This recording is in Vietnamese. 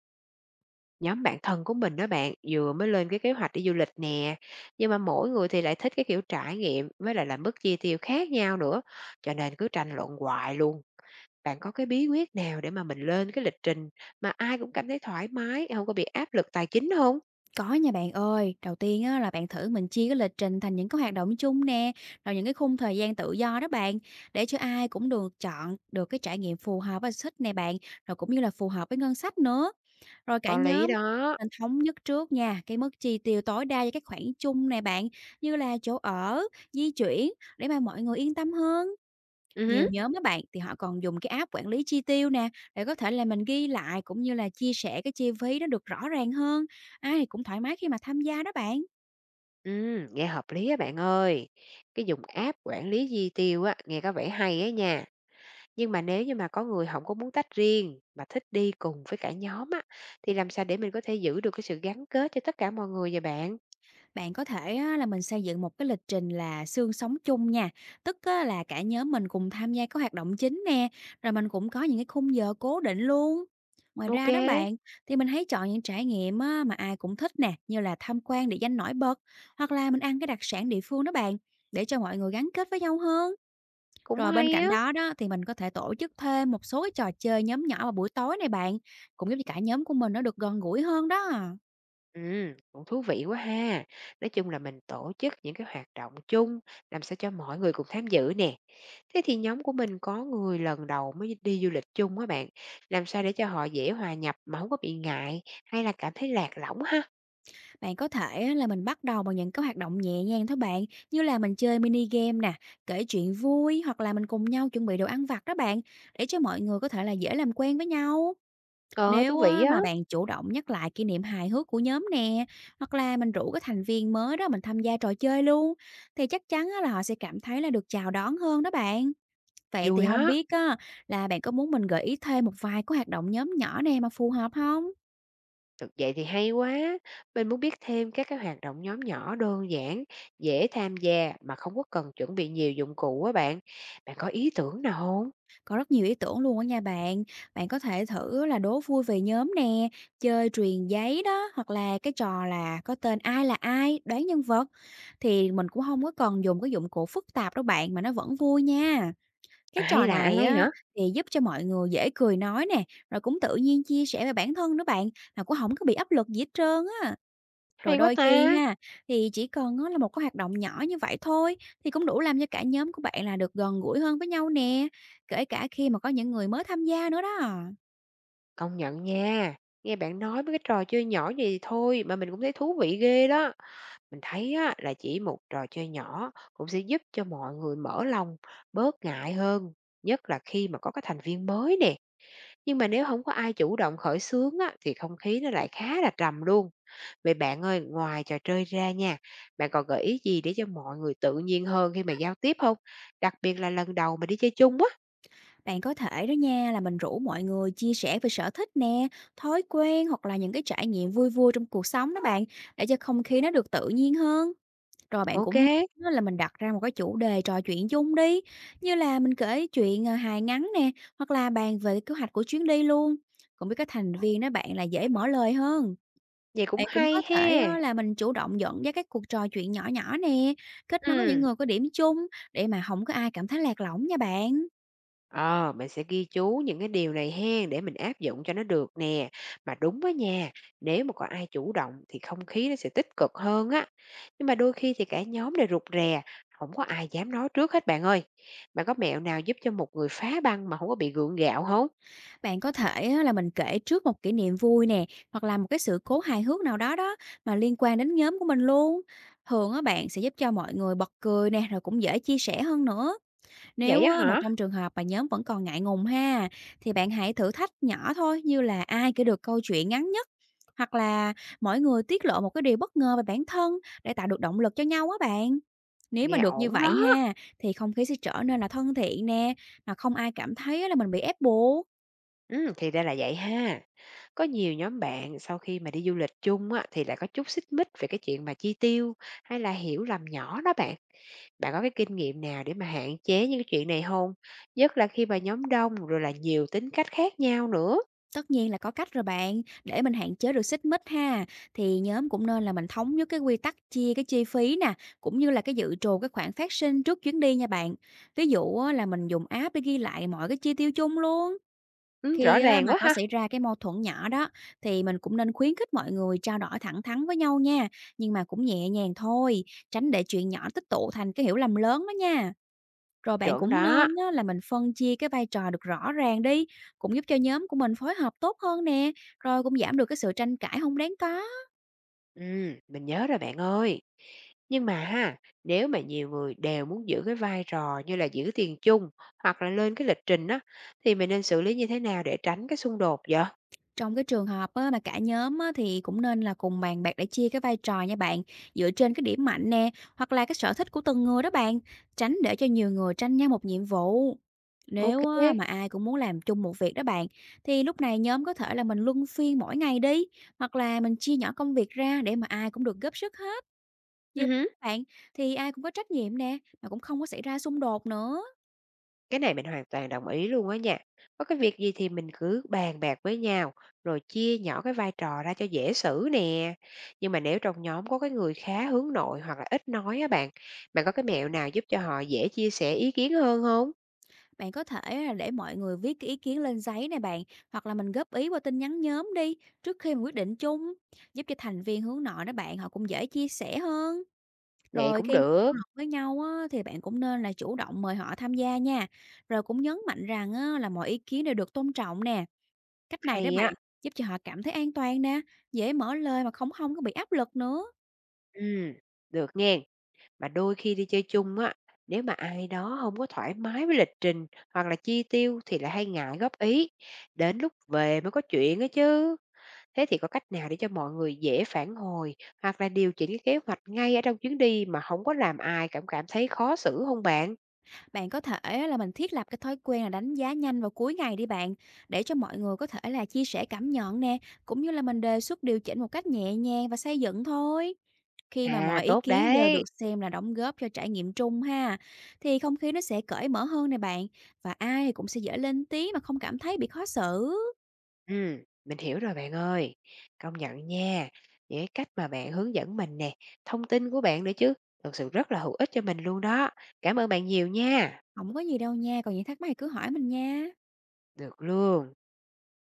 Nhóm bạn thân của mình đó bạn, vừa mới lên cái kế hoạch đi du lịch nè, nhưng mà mỗi người thì lại thích cái kiểu trải nghiệm với lại là mức chi tiêu khác nhau nữa, cho nên cứ tranh luận hoài luôn. Bạn có cái bí quyết nào để mà mình lên cái lịch trình mà ai cũng cảm thấy thoải mái, không có bị áp lực tài chính không? Có nha bạn ơi. Đầu tiên á, là bạn thử mình chia cái lịch trình thành những cái hoạt động chung nè, rồi những cái khung thời gian tự do đó bạn, để cho ai cũng được chọn được cái trải nghiệm phù hợp và thích nè bạn, rồi cũng như là phù hợp với ngân sách nữa. Rồi cả Có lý nhóm đó. mình thống nhất trước nha, cái mức chi tiêu tối đa cho các khoản chung nè bạn, như là chỗ ở, di chuyển, để mà mọi người yên tâm hơn. Ừ, hứ, Nhiều nhóm các bạn thì họ còn dùng cái app quản lý chi tiêu nè, để có thể là mình ghi lại cũng như là chia sẻ cái chi phí nó được rõ ràng hơn. Ai thì cũng thoải mái khi mà tham gia đó bạn. ừ, nghe hợp lý á bạn ơi. Cái dùng app quản lý chi tiêu á, nghe có vẻ hay á nha. Nhưng mà nếu như mà có người không có muốn tách riêng mà thích đi cùng với cả nhóm á, thì làm sao để mình có thể giữ được cái sự gắn kết cho tất cả mọi người vậy bạn? Bạn có thể á, là mình xây dựng một cái lịch trình là xương sống chung nha. Tức á, là cả nhóm mình cùng tham gia các hoạt động chính nè, rồi mình cũng có những cái khung giờ cố định luôn. Ngoài OK, ra đó bạn, thì mình hãy chọn những trải nghiệm á, mà ai cũng thích nè, như là tham quan địa danh nổi bật, hoặc là mình ăn cái đặc sản địa phương đó bạn, để cho mọi người gắn kết với nhau hơn. cũng Rồi bên hay cạnh á. đó đó, thì mình có thể tổ chức thêm một số cái trò chơi nhóm nhỏ vào buổi tối này bạn, cũng giúp cho cả nhóm của mình nó được gần gũi hơn đó. Cũng thú vị quá ha. Nói chung là mình tổ chức những cái hoạt động chung làm sao cho mọi người cùng tham dự nè. Thế thì nhóm của mình có người lần đầu mới đi du lịch chung á bạn, làm sao để cho họ dễ hòa nhập mà hông có bị ngại hay là cảm thấy lạc lõng ha? Bạn có thể á, là mình bắt đầu bằng những cái hoạt động nhẹ nhàng thôi bạn, như là mình chơi mini game nè, kể chuyện vui, hoặc là mình cùng nhau chuẩn bị đồ ăn vặt đó bạn, để cho mọi người có thể là dễ làm quen với nhau. Ờ, thú Nếu vị á, á. mà bạn chủ động nhắc lại kỷ niệm hài hước của nhóm nè, hoặc là mình rủ cái thành viên mới đó mình tham gia trò chơi luôn, thì chắc chắn á là họ sẽ cảm thấy là được chào đón hơn đó bạn. Vậy thì Vui á. không biết á, là bạn có muốn mình gợi ý thêm một vài cái hoạt động nhóm nhỏ nè mà phù hợp không? Được vậy thì hay quá. Mình muốn biết thêm các cái hoạt động nhóm nhỏ đơn giản, dễ tham gia mà không có cần chuẩn bị nhiều dụng cụ á bạn. Bạn có ý tưởng nào hông? Có rất nhiều ý tưởng luôn á nha bạn. Bạn có thể thử là đố vui về nhóm nè, chơi truyền giấy đó, hoặc là cái trò là có tên ai là ai, đoán nhân vật. Thì mình cũng không có cần dùng cái dụng cụ phức tạp đâu bạn, mà nó vẫn vui nha. À, Cái hay trò là này ai á, hả? thì giúp cho mọi người dễ cười nói nè, rồi cũng tự nhiên chia sẻ về bản thân nữa bạn, mà cũng không có bị áp lực gì hết trơn á. Rồi Hay quá đôi khi ta! ha, thì chỉ cần á là một cái hoạt động nhỏ như vậy thôi, thì cũng đủ làm cho cả nhóm của bạn là được gần gũi hơn với nhau nè, kể cả khi mà có những người mới tham gia nữa đó. Công nhận nha, nghe bạn nói mấy cái trò chơi nhỏ vậy thì thôi mà mình cũng thấy thú vị ghê đó. Mình thấy á là chỉ một trò chơi nhỏ cũng sẽ giúp cho mọi người mở lòng, bớt ngại hơn, nhất là khi mà có cái thành viên mới nè. Nhưng mà nếu không có ai chủ động khởi xướng á, thì không khí nó lại khá là trầm luôn. Vậy bạn ơi, ngoài trò chơi ra nha, bạn còn gợi ý gì để cho mọi người tự nhiên hơn khi mà giao tiếp không? Đặc biệt là lần đầu mà đi chơi chung á. Bạn có thể đó nha, là mình rủ mọi người chia sẻ về sở thích nè, thói quen, hoặc là những cái trải nghiệm vui vui trong cuộc sống đó bạn, để cho không khí nó được tự nhiên hơn. Rồi bạn OK, cũng nói là mình đặt ra một cái chủ đề trò chuyện chung đi, như là mình kể chuyện hài ngắn nè, hoặc là bàn về kế hoạch của chuyến đi luôn. Cũng biết các thành viên đó bạn là dễ mở lời hơn. vậy cũng Bạn cũng có hay thể he. á, là mình chủ động dẫn dắt các cuộc trò chuyện nhỏ nhỏ nè, kết nối những Ừm. người có điểm chung, để mà không có ai cảm thấy lạc lõng nha bạn. Ờ, mình sẽ ghi chú những cái điều này hen để mình áp dụng cho nó được nè. Mà đúng á nha, nếu mà có ai chủ động thì không khí nó sẽ tích cực hơn á. Nhưng mà đôi khi thì cả nhóm đều rụt rè, không có ai dám nói trước hết bạn ơi. Bạn có mẹo nào giúp cho một người phá băng mà không có bị gượng gạo không? Bạn có thể á, là mình kể trước một kỷ niệm vui nè, hoặc là một cái sự cố hài hước nào đó đó mà liên quan đến nhóm của mình luôn. Thường á, bạn sẽ giúp cho mọi người bật cười nè, rồi cũng dễ chia sẻ hơn nữa. Vậy Nếu á á, mà hả? trong trường hợp mà nhóm vẫn còn ngại ngùng ha, thì bạn hãy thử thách nhỏ thôi, như là ai kể được câu chuyện ngắn nhất, hoặc là mỗi người tiết lộ một cái điều bất ngờ về bản thân, để tạo được động lực cho nhau á bạn. Nếu mà Nghe được như ổn đó. vậy ha, thì không khí sẽ trở nên là thân thiện nè, mà không ai cảm thấy á là mình bị ép buộc. Ừ, thì ra là vậy ha. Có nhiều nhóm bạn sau khi mà đi du lịch chung á, thì lại có chút xích mích về cái chuyện mà chi tiêu hay là hiểu lầm nhỏ đó bạn. Bạn có cái kinh nghiệm nào để mà hạn chế những cái chuyện này không? Nhất là khi mà nhóm đông rồi là nhiều tính cách khác nhau nữa. Tất nhiên là có cách rồi bạn. Để mình hạn chế được xích mích ha, thì nhóm cũng nên là mình thống nhất cái quy tắc chia cái chi phí nè, cũng như là cái dự trù cái khoản phát sinh trước chuyến đi nha bạn. Ví dụ á, là mình dùng app để ghi lại mọi cái chi tiêu chung luôn. Khi Rõ á, ràng mà quá có ha! xảy ra cái mâu thuẫn nhỏ đó, thì mình cũng nên khuyến khích mọi người trao đổi thẳng thắn với nhau nha, nhưng mà cũng nhẹ nhàng thôi, tránh để chuyện nhỏ tích tụ thành cái hiểu lầm lớn đó nha. Rồi bạn Chuẩn cũng đó. nên á, là mình phân chia cái vai trò được rõ ràng đi, cũng giúp cho nhóm của mình phối hợp tốt hơn nè, rồi cũng giảm được cái sự tranh cãi không đáng có. Mình nhớ rồi bạn ơi. Nhưng mà ha, nếu mà nhiều người đều muốn giữ cái vai trò như là giữ tiền chung hoặc là lên cái lịch trình á, thì mình nên xử lý như thế nào để tránh cái xung đột vậy? Trong cái trường hợp á, mà cả nhóm á, thì cũng nên là cùng bàn bạc để chia cái vai trò nha bạn, dựa trên cái điểm mạnh nè, hoặc là cái sở thích của từng người đó bạn, tránh để cho nhiều người tranh nhau một nhiệm vụ. OK, Nếu ừ. á, mà ai cũng muốn làm chung một việc đó bạn, thì lúc này nhóm có thể là mình luân phiên mỗi ngày đi, hoặc là mình chia nhỏ công việc ra để mà ai cũng được góp sức hết. Như Ừm. bạn, thì ai cũng có trách nhiệm nè, mà cũng không có xảy ra xung đột nữa. Cái này mình hoàn toàn đồng ý luôn á nha. Có cái việc gì thì mình cứ bàn bạc với nhau, rồi chia nhỏ cái vai trò ra cho dễ xử nè. Nhưng mà nếu trong nhóm có cái người khá hướng nội hoặc là ít nói á bạn, bạn có cái mẹo nào giúp cho họ dễ chia sẻ ý kiến hơn không? Bạn có thể là để mọi người viết cái ý kiến lên giấy này bạn, hoặc là mình góp ý qua tin nhắn nhóm đi, trước khi mà quyết định chung, giúp cho thành viên hướng nội đó bạn, họ cũng dễ chia sẻ hơn. Vậy Rồi cũng khi được, thảo luận với nhau á, thì bạn cũng nên là chủ động mời họ tham gia nha. Rồi cũng nhấn mạnh rằng á, là mọi ý kiến đều được tôn trọng nè. Cách này đó hay bạn, á. giúp cho họ cảm thấy an toàn nè, dễ mở lời mà không không có bị áp lực nữa. Ừ, được nghe. Mà đôi khi đi chơi chung á, nếu mà ai đó không có thoải mái với lịch trình hoặc là chi tiêu thì lại hay ngại góp ý. Đến lúc về mới có chuyện á chứ. Thế thì có cách nào để cho mọi người dễ phản hồi hoặc là điều chỉnh cái kế hoạch ngay ở trong chuyến đi mà không có làm ai cảm cảm thấy khó xử không bạn? Bạn có thể là mình thiết lập cái thói quen là đánh giá nhanh vào cuối ngày đi bạn, để cho mọi người có thể là chia sẻ cảm nhận nè, cũng như là mình đề xuất điều chỉnh một cách nhẹ nhàng và xây dựng thôi. Khi mà À, mọi ý tốt kiến đều được đấy. xem là đóng góp cho trải nghiệm chung ha, thì không khí nó sẽ cởi mở hơn nè bạn, và ai thì cũng sẽ dễ lên tiếng mà không cảm thấy bị khó xử. Ừm, mình hiểu rồi bạn ơi. Công nhận nha, những cái cách mà bạn hướng dẫn mình nè, thông tin của bạn nữa chứ, thực sự rất là hữu ích cho mình luôn đó. Cảm ơn bạn nhiều nha. Không có gì đâu nha, còn những thắc mắc thì cứ hỏi mình nha. Được luôn.